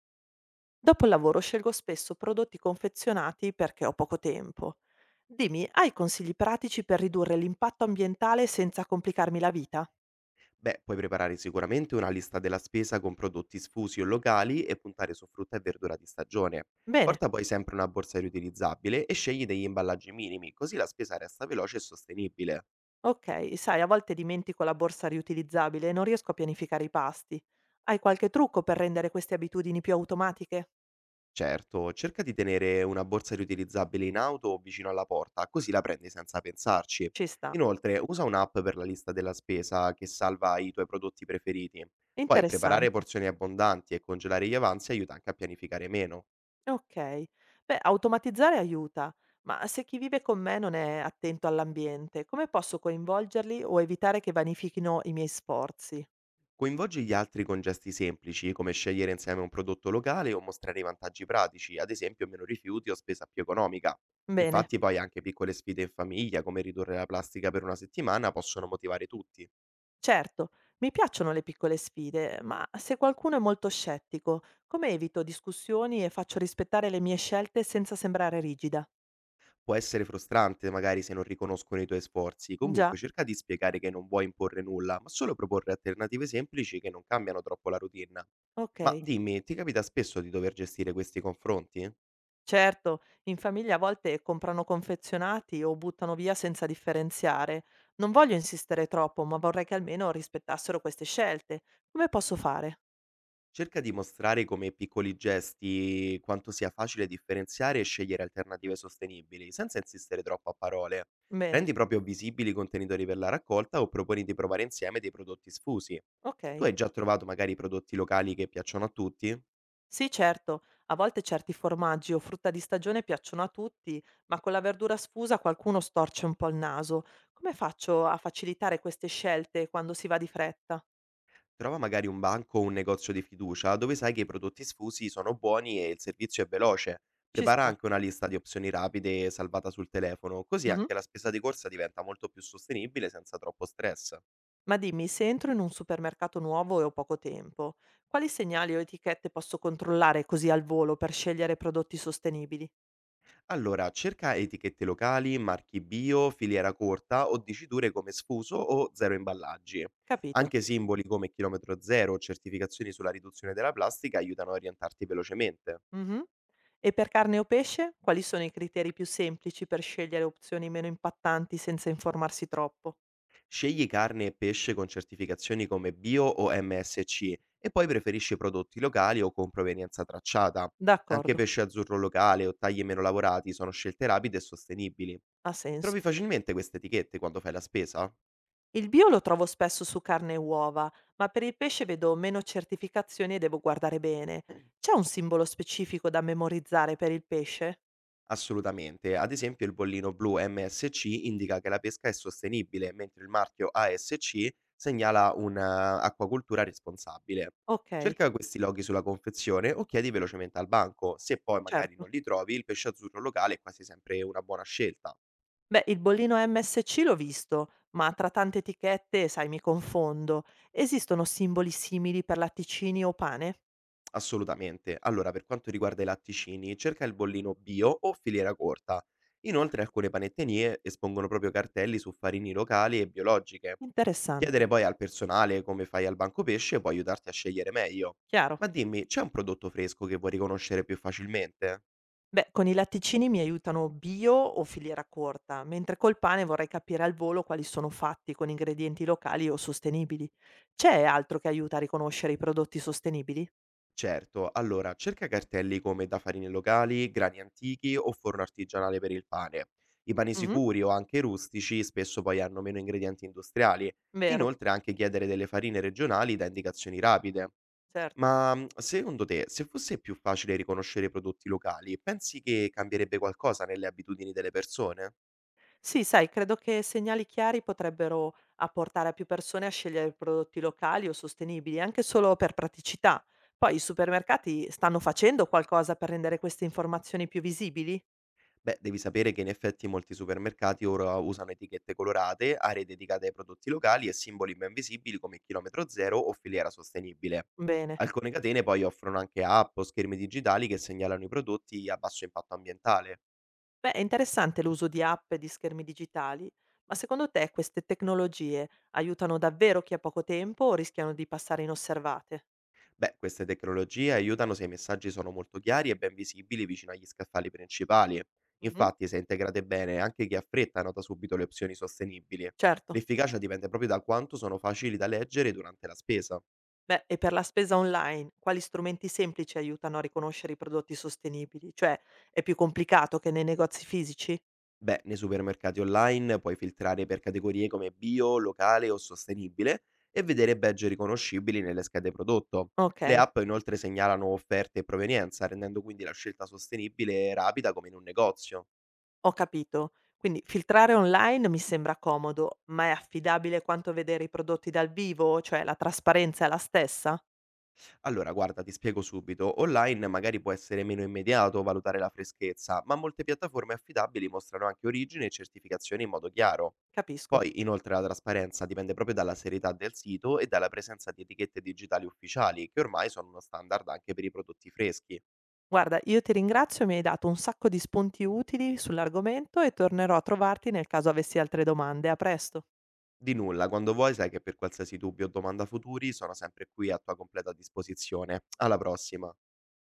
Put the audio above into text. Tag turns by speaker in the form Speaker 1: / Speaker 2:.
Speaker 1: Dopo il lavoro scelgo spesso prodotti confezionati perché ho poco tempo. Dimmi, hai consigli pratici per ridurre l'impatto ambientale senza complicarmi la vita?
Speaker 2: Beh, puoi preparare sicuramente una lista della spesa con prodotti sfusi o locali e puntare su frutta e verdura di stagione.
Speaker 1: Bene,
Speaker 2: Porta poi sempre una borsa riutilizzabile e scegli degli imballaggi minimi, così la spesa resta veloce e sostenibile.
Speaker 1: ok, sai, a volte dimentico la borsa riutilizzabile e non riesco a pianificare i pasti. Hai qualche trucco per rendere queste abitudini più automatiche?
Speaker 2: Certo, cerca di tenere una borsa riutilizzabile in auto o vicino alla porta, così la prendi senza pensarci.
Speaker 1: Ci sta,
Speaker 2: Inoltre, usa un'app per la lista della spesa che salva i tuoi prodotti preferiti. Poi preparare
Speaker 1: interessante.
Speaker 2: porzioni abbondanti e congelare gli avanzi aiuta anche a pianificare meno.
Speaker 1: Ok, beh, automatizzare aiuta, ma se chi vive con me non è attento all'ambiente, come posso coinvolgerli o evitare che vanifichino i miei sforzi?
Speaker 2: Coinvolgi gli altri con gesti semplici, come scegliere insieme un prodotto locale o mostrare i vantaggi pratici, ad esempio meno rifiuti o spesa più economica.
Speaker 1: Bene.
Speaker 2: Infatti poi anche piccole sfide in famiglia, come ridurre la plastica per una settimana, possono motivare tutti.
Speaker 1: Certo, mi piacciono le piccole sfide, ma se qualcuno è molto scettico, come evito discussioni e faccio rispettare le mie scelte senza sembrare rigida?
Speaker 2: Può essere frustrante magari se non riconoscono i tuoi sforzi, comunque
Speaker 1: Già,
Speaker 2: cerca di spiegare che non vuoi imporre nulla, ma solo proporre alternative semplici che non cambiano troppo la routine.
Speaker 1: ok.
Speaker 2: Ma dimmi, ti capita spesso di dover gestire questi confronti?
Speaker 1: Certo, in famiglia a volte comprano confezionati o buttano via senza differenziare. Non voglio insistere troppo, ma vorrei che almeno rispettassero queste scelte. Come posso fare?
Speaker 2: Cerca di mostrare come piccoli gesti quanto sia facile differenziare e scegliere alternative sostenibili, senza insistere troppo a parole.
Speaker 1: Bene,
Speaker 2: Rendi proprio visibili i contenitori per la raccolta o proponi di provare insieme dei prodotti sfusi.
Speaker 1: ok.
Speaker 2: Tu hai già trovato magari prodotti locali che piacciono a tutti?
Speaker 1: Sì, certo, a volte certi formaggi o frutta di stagione piacciono a tutti, ma con la verdura sfusa qualcuno storce un po' il naso. Come faccio a facilitare queste scelte quando si va di fretta?
Speaker 2: Trova magari un banco o un negozio di fiducia dove sai che i prodotti sfusi sono buoni e il servizio è veloce.
Speaker 1: Ci
Speaker 2: Prepara
Speaker 1: sta.
Speaker 2: anche una lista di opzioni rapide salvata sul telefono, così
Speaker 1: Mhm.
Speaker 2: anche la spesa di corsa diventa molto più sostenibile senza troppo stress.
Speaker 1: Ma dimmi, se entro in un supermercato nuovo e ho poco tempo, quali segnali o etichette posso controllare così al volo per scegliere prodotti sostenibili?
Speaker 2: Allora, cerca etichette locali, marchi bio, filiera corta o diciture come sfuso o zero imballaggi.
Speaker 1: Capito.
Speaker 2: Anche simboli come chilometro zero o certificazioni sulla riduzione della plastica aiutano a orientarti velocemente.
Speaker 1: Mhm. E per carne o pesce, quali sono i criteri più semplici per scegliere opzioni meno impattanti senza informarsi troppo?
Speaker 2: Scegli carne e pesce con certificazioni come bio o MSC e poi preferisci prodotti locali o con provenienza tracciata. Anche
Speaker 1: D'accordo.
Speaker 2: pesce azzurro locale o tagli meno lavorati sono scelte rapide e sostenibili.
Speaker 1: Ha
Speaker 2: Trovi
Speaker 1: senso.
Speaker 2: facilmente queste etichette quando fai la spesa?
Speaker 1: Il bio lo trovo spesso su carne e uova, ma per il pesce vedo meno certificazioni e devo guardare bene. C'è un simbolo specifico da memorizzare per il pesce?
Speaker 2: Assolutamente. Ad esempio il bollino blu MSC indica che la pesca è sostenibile, mentre il marchio ASC segnala un'acquacoltura responsabile.
Speaker 1: Ok,
Speaker 2: Cerca questi loghi sulla confezione o chiedi velocemente al banco. Se poi magari non
Speaker 1: certo.
Speaker 2: li trovi, il pesce azzurro locale è quasi sempre una buona scelta.
Speaker 1: Beh, il bollino MSC l'ho visto, ma tra tante etichette, sai, mi confondo. Esistono simboli simili per latticini o pane?
Speaker 2: Assolutamente. Allora, per quanto riguarda i latticini, cerca il bollino bio o filiera corta. Inoltre, alcune panetterie espongono proprio cartelli su farine locali e biologiche.
Speaker 1: Interessante.
Speaker 2: Chiedere poi al personale come fai al banco pesce può aiutarti a scegliere meglio.
Speaker 1: Chiaro.
Speaker 2: Ma dimmi, c'è un prodotto fresco che vuoi riconoscere più facilmente?
Speaker 1: Beh, con i latticini mi aiutano bio o filiera corta, mentre col pane vorrei capire al volo quali sono fatti con ingredienti locali o sostenibili. C'è altro che aiuta a riconoscere i prodotti sostenibili?
Speaker 2: Certo, allora cerca cartelli come da farine locali, grani antichi o forno artigianale per il pane. I pani
Speaker 1: Mhm,
Speaker 2: sicuri o anche rustici spesso poi hanno meno ingredienti industriali.
Speaker 1: vero,
Speaker 2: Inoltre anche chiedere delle farine regionali dà indicazioni rapide.
Speaker 1: certo.
Speaker 2: Ma secondo te, se fosse più facile riconoscere i prodotti locali, pensi che cambierebbe qualcosa nelle abitudini delle persone?
Speaker 1: Sì, sai, credo che segnali chiari potrebbero apportare a più persone a scegliere prodotti locali o sostenibili, anche solo per praticità. Poi i supermercati stanno facendo qualcosa per rendere queste informazioni più visibili?
Speaker 2: Beh, devi sapere che in effetti molti supermercati ora usano etichette colorate, aree dedicate ai prodotti locali e simboli ben visibili come chilometro zero o filiera sostenibile.
Speaker 1: Bene.
Speaker 2: Alcune catene poi offrono anche app o schermi digitali che segnalano i prodotti a basso impatto ambientale.
Speaker 1: Beh, è interessante l'uso di app e di schermi digitali, ma secondo te queste tecnologie aiutano davvero chi ha poco tempo o rischiano di passare inosservate?
Speaker 2: Beh, queste tecnologie aiutano se i messaggi sono molto chiari e ben visibili vicino agli scaffali principali.
Speaker 1: Mhm,
Speaker 2: Infatti, se integrate bene, anche chi ha fretta nota subito le opzioni sostenibili.
Speaker 1: certo.
Speaker 2: L'efficacia dipende proprio da quanto sono facili da leggere durante la spesa.
Speaker 1: Beh, e per la spesa online, quali strumenti semplici aiutano a riconoscere i prodotti sostenibili? Cioè, è più complicato che nei negozi fisici?
Speaker 2: Beh, nei supermercati online puoi filtrare per categorie come bio, locale o sostenibile e vedere badge riconoscibili nelle schede prodotto.
Speaker 1: Ok,
Speaker 2: Le app inoltre segnalano offerte e provenienza, rendendo quindi la scelta sostenibile e rapida come in un negozio.
Speaker 1: ho capito. Quindi filtrare online mi sembra comodo, ma è affidabile quanto vedere i prodotti dal vivo? Cioè, la trasparenza è la stessa?
Speaker 2: Allora, guarda, ti spiego subito. Online magari può essere meno immediato valutare la freschezza, ma molte piattaforme affidabili mostrano anche origine e certificazioni in modo chiaro.
Speaker 1: Capisco.
Speaker 2: Poi, inoltre, la trasparenza dipende proprio dalla serietà del sito e dalla presenza di etichette digitali ufficiali, che ormai sono uno standard anche per i prodotti freschi.
Speaker 1: Guarda, io ti ringrazio, mi hai dato un sacco di spunti utili sull'argomento e tornerò a trovarti nel caso avessi altre domande. A presto.
Speaker 2: Di nulla, quando vuoi sai che per qualsiasi dubbio o domanda futuri sono sempre qui a tua completa disposizione. Alla prossima!